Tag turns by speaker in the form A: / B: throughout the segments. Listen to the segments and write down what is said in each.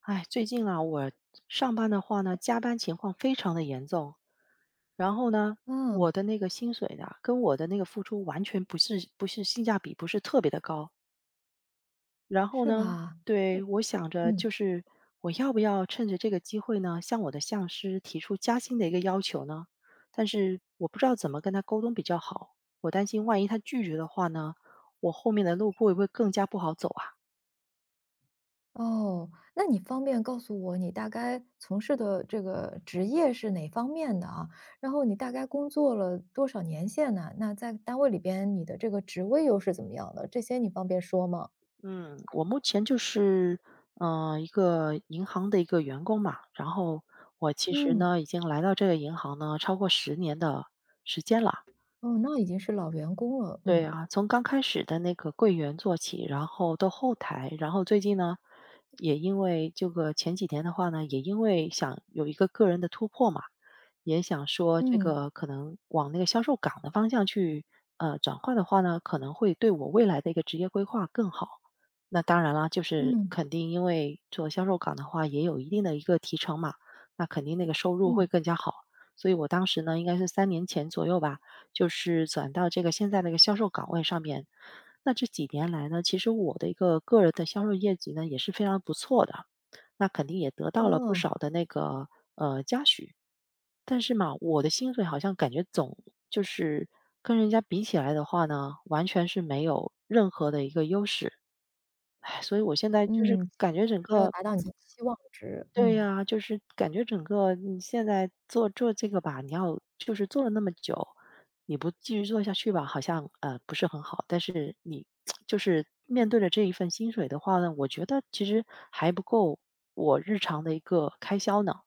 A: 哎，最近啊，我上班的话呢，加班情况非常的严重。然后呢，
B: 嗯，
A: 我的那个薪水呢，跟我的那个付出完全不是性价比，不是特别的高。然后
B: 是
A: 呢，
B: 吧？
A: 对我想着
B: 嗯。
A: 就是我要不要趁着这个机会呢，向我的上司提出加薪的一个要求呢？但是我不知道怎么跟他沟通比较好。我担心万一他拒绝的话呢，我后面的路会不会更加不好走啊？
B: 哦，那你方便告诉我你大概从事的这个职业是哪方面的啊？然后你大概工作了多少年限呢？那在单位里边你的这个职位又是怎么样的？这些你方便说吗？
A: 嗯，我目前就是，一个银行的一个员工嘛，然后我其实
B: 嗯，
A: 呢，已经来到这个银行呢，超过10年的时间了。
B: 哦，那已经是老员工了，
A: 对
B: 嗯，
A: 啊，从刚开始的那个柜员做起，然后到后台，然后最近呢，也因为这个前几天的话呢，也因为想有一个个人的突破嘛，也想说这
B: 嗯，
A: 个可能往那个销售岗的方向去转换的话呢，可能会对我未来的一个职业规划更好。那当然啦，就是
B: 嗯，
A: 肯定因为做销售岗的话，也有一定的一个提成嘛，那肯定那个收入会
B: 嗯，
A: 更加好。所以我当时呢，应该是3年前左右吧，就是转到这个现在的一个销售岗位上面。那这几年来呢，其实我的一个个人的销售业绩呢也是非常不错的，那肯定也得到了不
B: 哦，
A: 少的那个嘉许。但是嘛，我的薪水好像感觉总就是跟人家比起来的话呢，完全是没有任何的一个优势。唉，所以我现在就是
B: 嗯，其实
A: 感觉
B: 就
A: 整
B: 是没有
A: 个
B: 达到你的期望值，
A: 对
B: 嗯。
A: 呀，就是感觉整个你现在做这个吧，你要就是做了那么久，你不继续做下去吧，好像不是很好。但是你 就是面对着这一份薪水的话呢，我觉得其实还不够我日常的一个开销呢。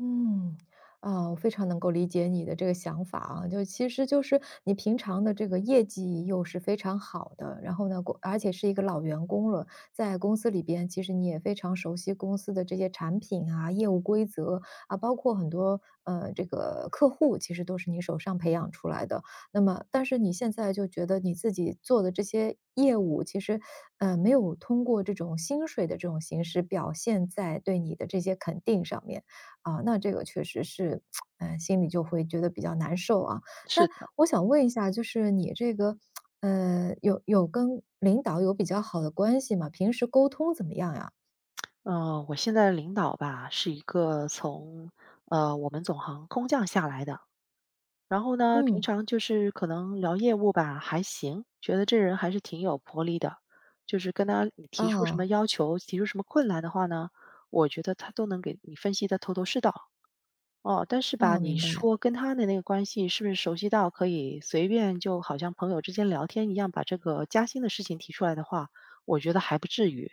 B: 嗯，啊，我非常能够理解你的这个想法啊，就其实就是你平常的这个业绩又是非常好的，然后呢，而且是一个老员工了，在公司里边，其实你也非常熟悉公司的这些产品啊、业务规则啊，包括很多这个客户，其实都是你手上培养出来的。那么，但是你现在就觉得你自己做的这些业务，其实没有通过这种薪水的这种形式表现在对你的这些肯定上面。啊，那这个确实是，嗯，心里就会觉得比较难受啊。那
A: 是的。
B: 我想问一下，就是你这个，呃，有跟领导有比较好的关系吗？平时沟通怎么样呀？
A: 嗯，我现在的领导吧，是一个从我们总行空降下来的，然后呢，平
B: 嗯，
A: 常就是可能聊业务吧，还行，觉得这人还是挺有魄力的。就是跟他你提出什么
B: 哦，
A: 要求，提出什么困难的话呢，我觉得他都能给你分析得头头是道。哦，但是吧，
B: 哦，
A: 你
B: 明白。
A: 说跟他的那个关系是不是熟悉到可以随便就好像朋友之间聊天一样，把这个加薪的事情提出来的话，我觉得还不至于。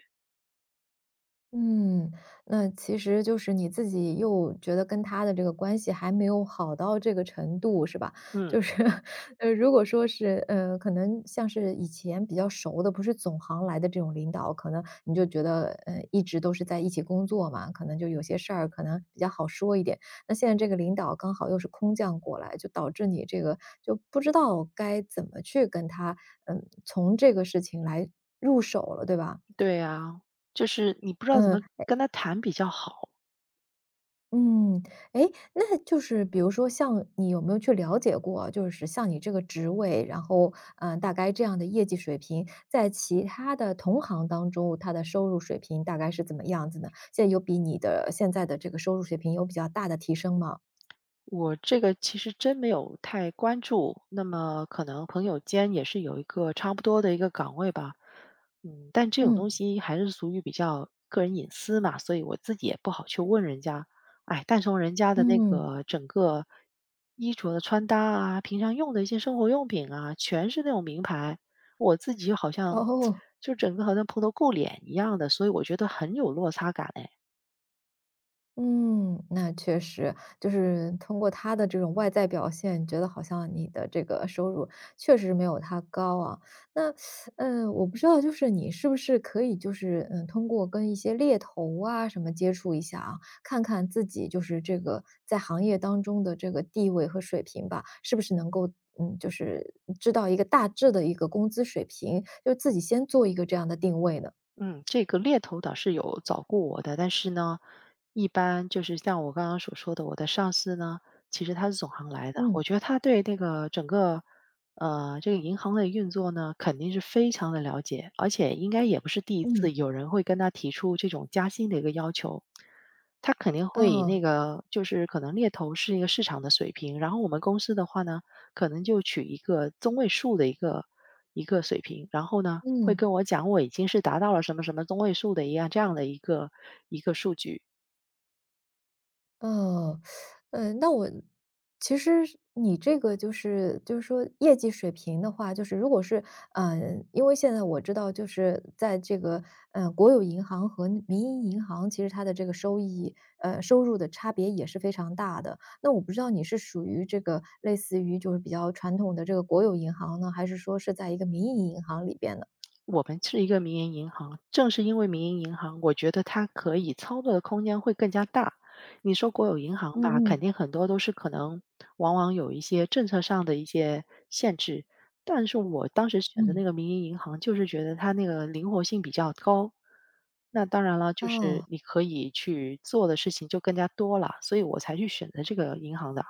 B: 嗯，那其实就是你自己又觉得跟他的这个关系还没有好到这个程度，是吧？
A: 嗯，
B: 就是，如果说是，可能像是以前比较熟的，不是总行来的这种领导，可能你就觉得，一直都是在一起工作嘛，可能就有些事儿可能比较好说一点。那现在这个领导刚好又是空降过来，就导致你这个就不知道该怎么去跟他，嗯，从这个事情来入手了，对吧？
A: 对呀，就是你不知道怎么
B: 嗯，
A: 跟他谈比较好。
B: 嗯，哎，那就是比如说像你有没有去了解过，就是像你这个职位，然后，嗯，大概这样的业绩水平，在其他的同行当中，他的收入水平大概是怎么样子呢？现在有比你的现在的这个收入水平有比较大的提升吗？
A: 我这个其实真没有太关注，那么可能朋友间也是有一个差不多的一个岗位吧。嗯，但这种
B: 嗯，
A: 东西还是属于比较个人隐私嘛，所以我自己也不好去问人家。哎，但从人家的那
B: 嗯，
A: 个整个衣着的穿搭啊，平常用的一些生活用品啊，全是那种名牌。我自己好像
B: 哦。
A: 就整个好像蓬头垢脸一样的，所以我觉得很有落差感哎。
B: 嗯，那确实，就是通过他的这种外在表现，觉得好像你的这个收入确实没有他高啊。那，嗯，我不知道，就是你是不是可以，就是嗯，通过跟一些猎头啊什么接触一下啊，看看自己就是这个在行业当中的这个地位和水平吧，是不是能够嗯，就是知道一个大致的一个工资水平，就自己先做一个这样的定位呢？
A: 嗯，这个猎头倒是有找过我的，但是呢，一般就是像我刚刚所说的，我的上司呢，其实他是总行来的，我
B: 嗯
A: 觉得他对那个整个这个银行的运作呢，肯定是非常的了解，而且应该也不是第一次
B: 嗯，
A: 有人会跟他提出这种加薪的一个要求。他肯定会以那
B: 哦，
A: 个就是可能猎头是一个市场的水平，然后我们公司的话呢，可能就取一个中位数的一个。一个水平，然后呢，会
B: 嗯。
A: 跟我讲我已经是达到了什么什么中位数的一样这样的一个数据。
B: 哦，那我其实是你这个就是说业绩水平的话，就是如果是呃，因为现在我知道就是在这个，呃，国有银行和民营银行，其实它的这个收益，收入的差别也是非常大的。那我不知道你是属于这个类似于就是比较传统的这个国有银行呢，还是说是在一个民营银行里边的？
A: 我们是一个民营银行，正是因为民营银行，我觉得它可以操作的空间会更加大。你说国有银行吧，
B: 嗯
A: 肯
B: 嗯，
A: 定很多都是可能往往有一些政策上的一些限制，但是我当时选的
B: 嗯。
A: 那个民营银行，就是觉得它那个灵活性比较高。那当然了，就是
B: 哦。
A: 你可以去做的事情就更加多了，所以我才去选择这个银行的。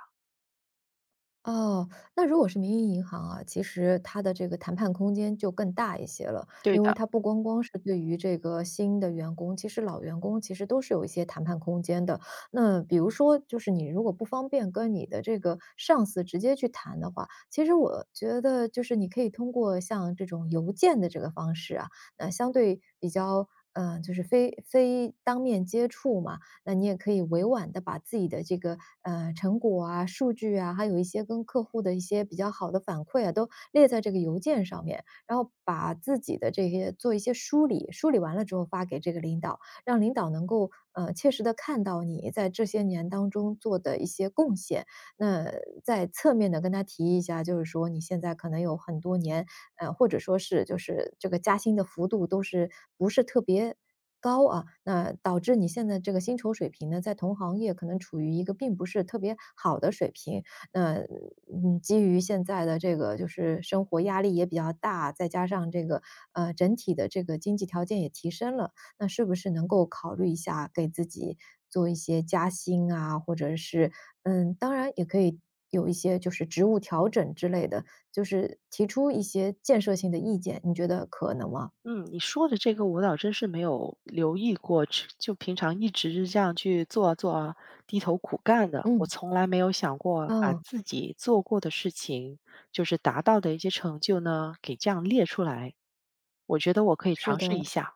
B: 哦，那如果是民营银行啊，其实它的这个谈判空间就更大一些了，
A: 对
B: 因为
A: 的。
B: 它不光光是对于这个新的员工，其实老员工其实都是有一些谈判空间的。那比如说，就是你如果不方便跟你的这个上司直接去谈的话，其实我觉得就是你可以通过像这种邮件的这个方式啊，那相对比较。嗯，就是非当面接触嘛，那你也可以委婉的把自己的这个，呃，成果啊、数据啊，还有一些跟客户的一些比较好的反馈啊，都列在这个邮件上面。然后把自己的这些做一些梳理，梳理完了之后发给这个领导，让领导能够，呃，切实的看到你在这些年当中做的一些贡献。那在侧面的跟他提一下，就是说你现在可能有很多年或者说是就是这个加薪的幅度都是不是特别高啊，那导致你现在这个薪酬水平呢，在同行业可能处于一个并不是特别好的水平。那嗯，基于现在的这个就是生活压力也比较大，再加上这个整体的这个经济条件也提升了，那是不是能够考虑一下给自己做一些加薪啊，或者是嗯，当然也可以有一些就是职务调整之类的，就是提出一些建设性的意见，你觉得可能吗？
A: 嗯，你说的这个我倒真是没有留意过，只就平常一直是这样去做啊低头苦干的，我
B: 嗯，
A: 从来没有想过把
B: 哦，
A: 自己做过的事情，就是达到的一些成就呢，给这样列出来。我觉得我可以
B: 是
A: 尝试一
B: 的。
A: 下。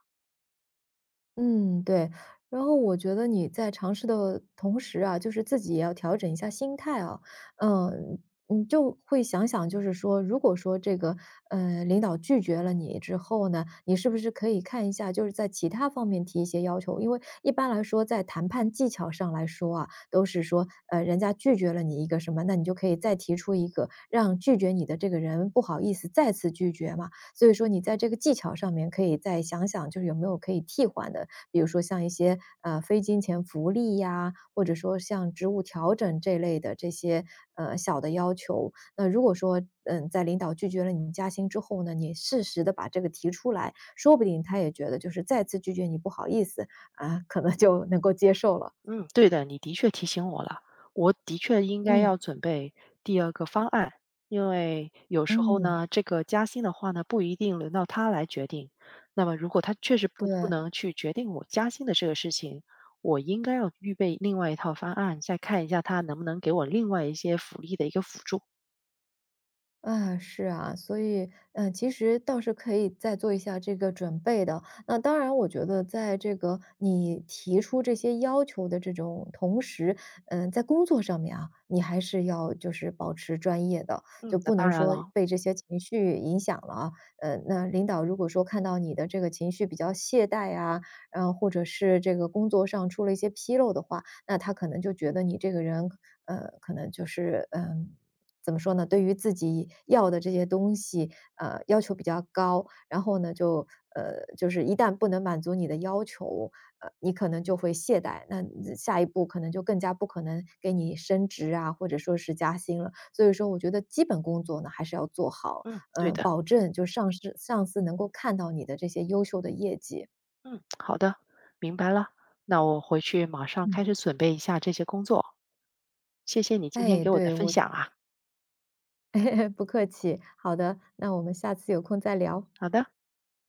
B: 嗯，对。然后我觉得你在尝试的同时啊，就是自己也要调整一下心态啊。嗯，你就会想想，就是说，如果说这个领导拒绝了你之后呢，你是不是可以看一下，就是在其他方面提一些要求？因为一般来说，在谈判技巧上来说啊，都是说人家拒绝了你一个什么，那你就可以再提出一个，让拒绝你的这个人不好意思再次拒绝嘛。所以说你在这个技巧上面可以再想想，就是有没有可以替换的比如说像一些，呃，非金钱福利呀，或者说像职务调整这类的这些，呃，小的要求。那如果说，嗯，在领导拒绝了你加薪之后呢，你适时的把这个提出来，说不定他也觉得就是再次拒绝你不好意思，啊，可能就能够接受了。
A: 嗯，对的，你的确提醒我了，我的确应该
B: 嗯
A: 要准备第2个方案，因为有时候
B: 嗯，
A: 呢，这个加薪的话呢，不一定轮到他来决定。那么，如果他确实不不
B: 对。
A: 能去决定我加薪的这个事情，我应该要预备另外一套方案，再看一下他能不能给我另外一些福利的一个辅助。
B: 啊，是啊，所以，嗯，其实倒是可以再做一下这个准备的。那当然，我觉得在这个你提出这些要求的这种同时，嗯，在工作上面啊，你还是要就是保持专业的，
A: 嗯，
B: 就
A: 那
B: 不
A: 当
B: 能
A: 然
B: 说
A: 了，
B: 被这些情绪影响了啊。呃，那领导如果说看到你的这个情绪比较懈怠啊，然后或者是这个工作上出了一些纰漏的话，那他可能就觉得你这个人，呃，可能就是嗯。怎么说呢，对于自己要的这些东西，呃，要求比较高，然后呢，就就是一旦不能满足你的要求，呃，你可能就会懈怠，那你下一步可能就更加不可能给你升职啊，或者说是加薪了。所以说我觉得基本工作呢还是要做好，
A: 嗯，对
B: 呃，
A: 的，
B: 保证就上司能够看到你的这些优秀的业绩。
A: 嗯，好的，明白了。那我回去马上
B: 嗯。
A: 开始准备一下这些工作。谢谢你今天
B: 哎，
A: 给我的
B: 对，
A: 分
B: 我
A: 享啊，
B: 不客气。好的，那我们下次有空再聊。
A: 好的。